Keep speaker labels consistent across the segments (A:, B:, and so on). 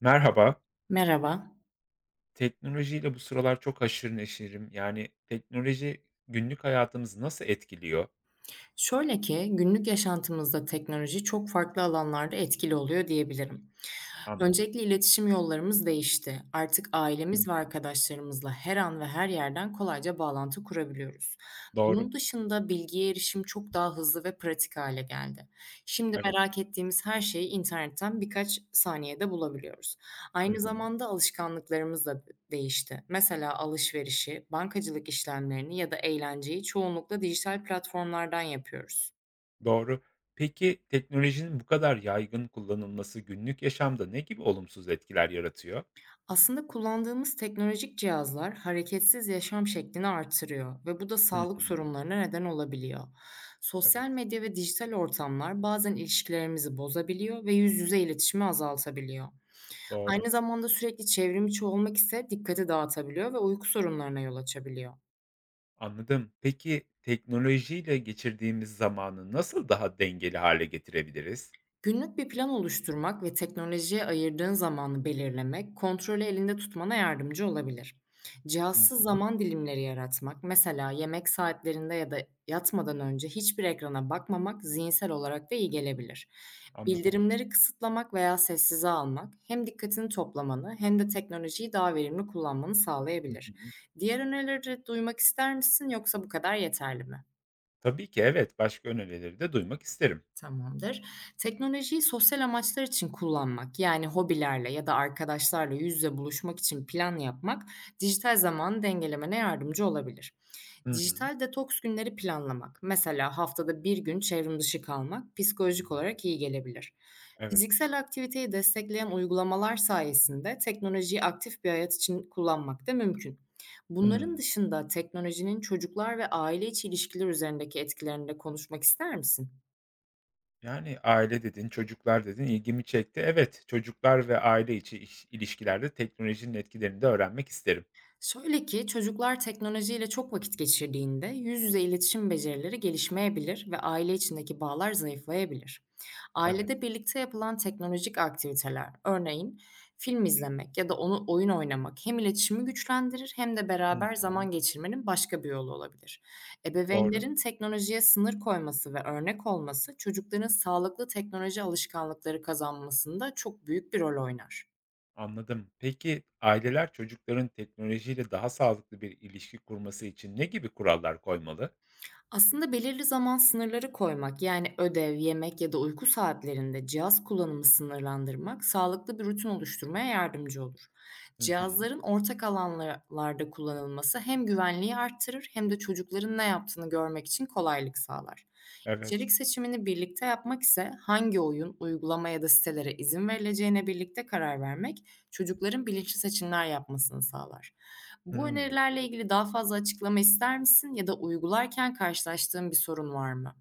A: Merhaba.
B: Merhaba.
A: Teknolojiyle bu sıralar çok haşır neşirim. Yani, teknoloji günlük hayatımızı nasıl etkiliyor?
B: Şöyle ki günlük yaşantımızda teknoloji çok farklı alanlarda etkili oluyor diyebilirim.
A: Anladım.
B: Öncelikle iletişim yollarımız değişti. Artık
A: Hıı.
B: ailemiz ve arkadaşlarımızla her an ve her yerden kolayca bağlantı kurabiliyoruz.
A: Doğru.
B: Bunun dışında bilgiye erişim çok daha hızlı ve pratik hale geldi. Şimdi
A: Evet.
B: merak ettiğimiz her şeyi internetten birkaç saniyede bulabiliyoruz.
A: Hı
B: Aynı
A: hı.
B: zamanda alışkanlıklarımız da değişti. Mesela alışverişi, bankacılık işlemlerini ya da eğlenceyi çoğunlukla dijital platformlardan yapıyoruz.
A: Doğru. Peki, teknolojinin bu kadar yaygın kullanılması günlük yaşamda ne gibi olumsuz etkiler yaratıyor?
B: Aslında kullandığımız teknolojik cihazlar hareketsiz yaşam şeklini artırıyor ve bu da
A: Hı
B: sağlık
A: hı.
B: sorunlarına neden olabiliyor.
A: Evet.
B: Sosyal medya ve dijital ortamlar bazen ilişkilerimizi bozabiliyor ve yüz yüze iletişimi azaltabiliyor.
A: Doğru.
B: Aynı zamanda sürekli çevrimiçi olmak ise dikkati dağıtabiliyor ve uyku sorunlarına yol açabiliyor.
A: Anladım. Peki, teknolojiyle geçirdiğimiz zamanı nasıl daha dengeli hale getirebiliriz?
B: Günlük bir plan oluşturmak ve teknolojiye ayırdığın zamanı belirlemek, kontrolü elinde tutmana yardımcı olabilir.
A: Hı
B: Cihazsız
A: hı.
B: zaman dilimleri yaratmak, mesela yemek saatlerinde ya da yatmadan önce hiçbir ekrana bakmamak zihinsel olarak da iyi gelebilir.
A: Anladım.
B: Bildirimleri kısıtlamak veya sessize almak hem dikkatini toplamanı hem de teknolojiyi daha verimli kullanmanı
A: Hı
B: sağlayabilir.
A: hı.
B: Diğer önerileri de duymak ister misin yoksa bu kadar yeterli mi?
A: Tabii ki, evet. Başka önerileri de duymak isterim.
B: Tamamdır. Teknolojiyi sosyal amaçlar için kullanmak, yani hobilerle ya da arkadaşlarla yüz yüze buluşmak için plan yapmak, dijital zamanı dengelemene yardımcı olabilir.
A: Hı hı.
B: Dijital detoks günleri planlamak, mesela haftada bir gün çevrim dışı kalmak, psikolojik olarak iyi gelebilir.
A: Evet.
B: Fiziksel aktiviteyi destekleyen uygulamalar sayesinde teknolojiyi aktif bir hayat için kullanmak da mümkün. Bunların
A: Hımm.
B: dışında teknolojinin çocuklar ve aile içi ilişkiler üzerindeki etkilerini de konuşmak ister misin?
A: Yani, aile dedin, çocuklar dedin, ilgimi çekti. Evet, çocuklar ve aile içi iş ilişkilerde teknolojinin etkilerini de öğrenmek isterim.
B: Şöyle ki, çocuklar teknolojiyle çok vakit geçirdiğinde yüz yüze iletişim becerileri gelişmeyebilir ve aile içindeki bağlar zayıflayabilir.
A: Evet.
B: Ailede birlikte yapılan teknolojik aktiviteler, örneğin film izlemek ya da onu oyun oynamak hem iletişimi güçlendirir hem de
A: Hı
B: beraber
A: hı.
B: zaman geçirmenin başka bir yolu olabilir.
A: Doğru.
B: Ebeveynlerin teknolojiye sınır koyması ve örnek olması çocukların sağlıklı teknoloji alışkanlıkları kazanmasında çok büyük bir rol oynar.
A: Anladım. Peki, aileler çocukların teknolojiyle daha sağlıklı bir ilişki kurması için ne gibi kurallar koymalı?
B: Aslında belirli zaman sınırları koymak, yani ödev, yemek ya da uyku saatlerinde cihaz kullanımı sınırlandırmak, sağlıklı bir rutin oluşturmaya yardımcı olur.
A: Hı hı.
B: Cihazların ortak alanlarda kullanılması hem güvenliği arttırır hem de çocukların ne yaptığını görmek için kolaylık sağlar.
A: Evet.
B: İçerik seçimini birlikte yapmak ise hangi oyun, uygulama ya da sitelere izin verileceğine birlikte karar vermek çocukların bilinçli seçimler yapmasını sağlar. Bu
A: Hımm.
B: önerilerle ilgili daha fazla açıklama ister misin ya da uygularken karşılaştığın bir sorun var mı?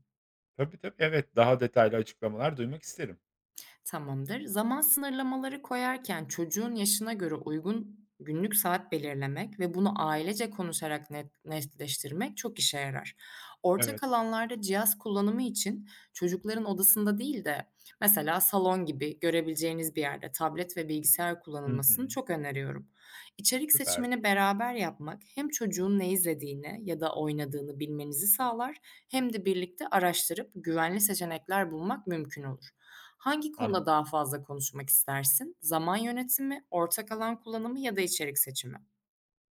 A: Tabii, tabii. Evet, daha detaylı açıklamalar duymak isterim.
B: Tamamdır. Zaman sınırlamaları koyarken çocuğun yaşına göre uygun günlük saat belirlemek ve bunu ailece konuşarak netleştirmek çok işe yarar. Ortak
A: Evet.
B: alanlarda cihaz kullanımı için çocukların odasında değil de mesela salon gibi görebileceğiniz bir yerde tablet ve bilgisayar
A: Hı
B: kullanılmasını
A: hı.
B: çok öneriyorum. İçerik
A: Süper.
B: seçimini beraber yapmak hem çocuğun ne izlediğini ya da oynadığını bilmenizi sağlar hem de birlikte araştırıp güvenli seçenekler bulmak mümkün olur. Hangi konuda
A: Anladım.
B: daha fazla konuşmak istersin? Zaman yönetimi, ortak alan kullanımı ya da içerik seçimi?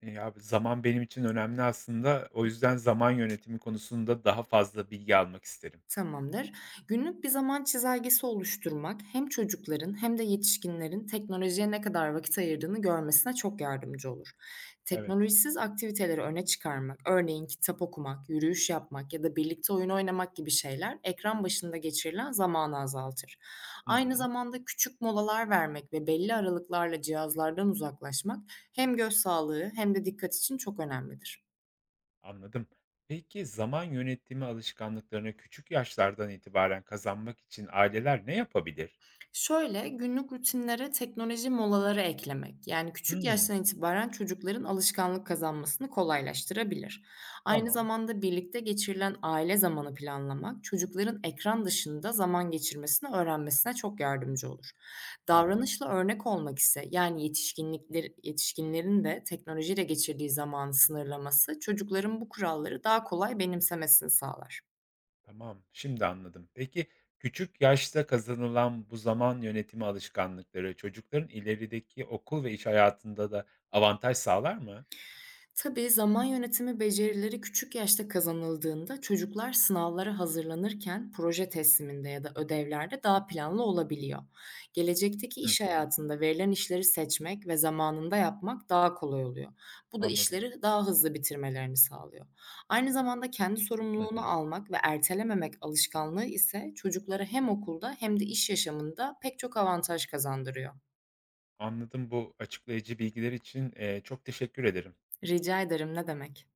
A: Ya, zaman benim için önemli aslında. O yüzden zaman yönetimi konusunda daha fazla bilgi almak isterim.
B: Tamamdır. Günlük bir zaman çizelgesi oluşturmak hem çocukların hem de yetişkinlerin teknolojiye ne kadar vakit ayırdığını görmesine çok yardımcı olur.
A: Evet.
B: Teknolojisiz aktiviteleri öne çıkarmak, örneğin kitap okumak, yürüyüş yapmak ya da birlikte oyun oynamak gibi şeyler ekran başında geçirilen zamanı azaltır.
A: Hı
B: Aynı
A: hı.
B: zamanda küçük molalar vermek ve belli aralıklarla cihazlardan uzaklaşmak hem göz sağlığı hem de dikkat için çok önemlidir.
A: Anladım. Peki zaman yönetimi alışkanlıklarını küçük yaşlardan itibaren kazanmak için aileler ne yapabilir?
B: Şöyle, günlük rutinlere teknoloji molaları eklemek, yani küçük
A: Hımm.
B: yaştan itibaren çocukların alışkanlık kazanmasını kolaylaştırabilir. Aynı
A: Tamam,
B: zamanda birlikte geçirilen aile zamanı planlamak, çocukların ekran dışında zaman geçirmesini öğrenmesine çok yardımcı olur.
A: anladım.
B: Davranışla örnek olmak ise, yani yetişkinlerin de teknolojiyle geçirdiği zamanı sınırlaması, çocukların bu kuralları daha kolay benimsemesini sağlar.
A: Tamam, şimdi anladım. Peki küçük yaşta kazanılan bu zaman yönetimi alışkanlıkları çocukların ilerideki okul ve iş hayatında da avantaj sağlar mı?
B: Tabii zaman yönetimi becerileri küçük yaşta kazanıldığında çocuklar sınavlara hazırlanırken proje tesliminde ya da ödevlerde daha planlı olabiliyor. Gelecekteki
A: Hı
B: iş
A: hı.
B: hayatında verilen işleri seçmek ve zamanında yapmak daha kolay oluyor. Bu da
A: Anladım.
B: işleri daha hızlı bitirmelerini sağlıyor. Aynı zamanda kendi
A: Hı hı.
B: sorumluluğunu almak ve ertelememek alışkanlığı ise çocuklara hem okulda hem de iş yaşamında pek çok avantaj kazandırıyor.
A: Anladım. Bu açıklayıcı bilgiler için, çok teşekkür ederim.
B: Rica ederim ne demek?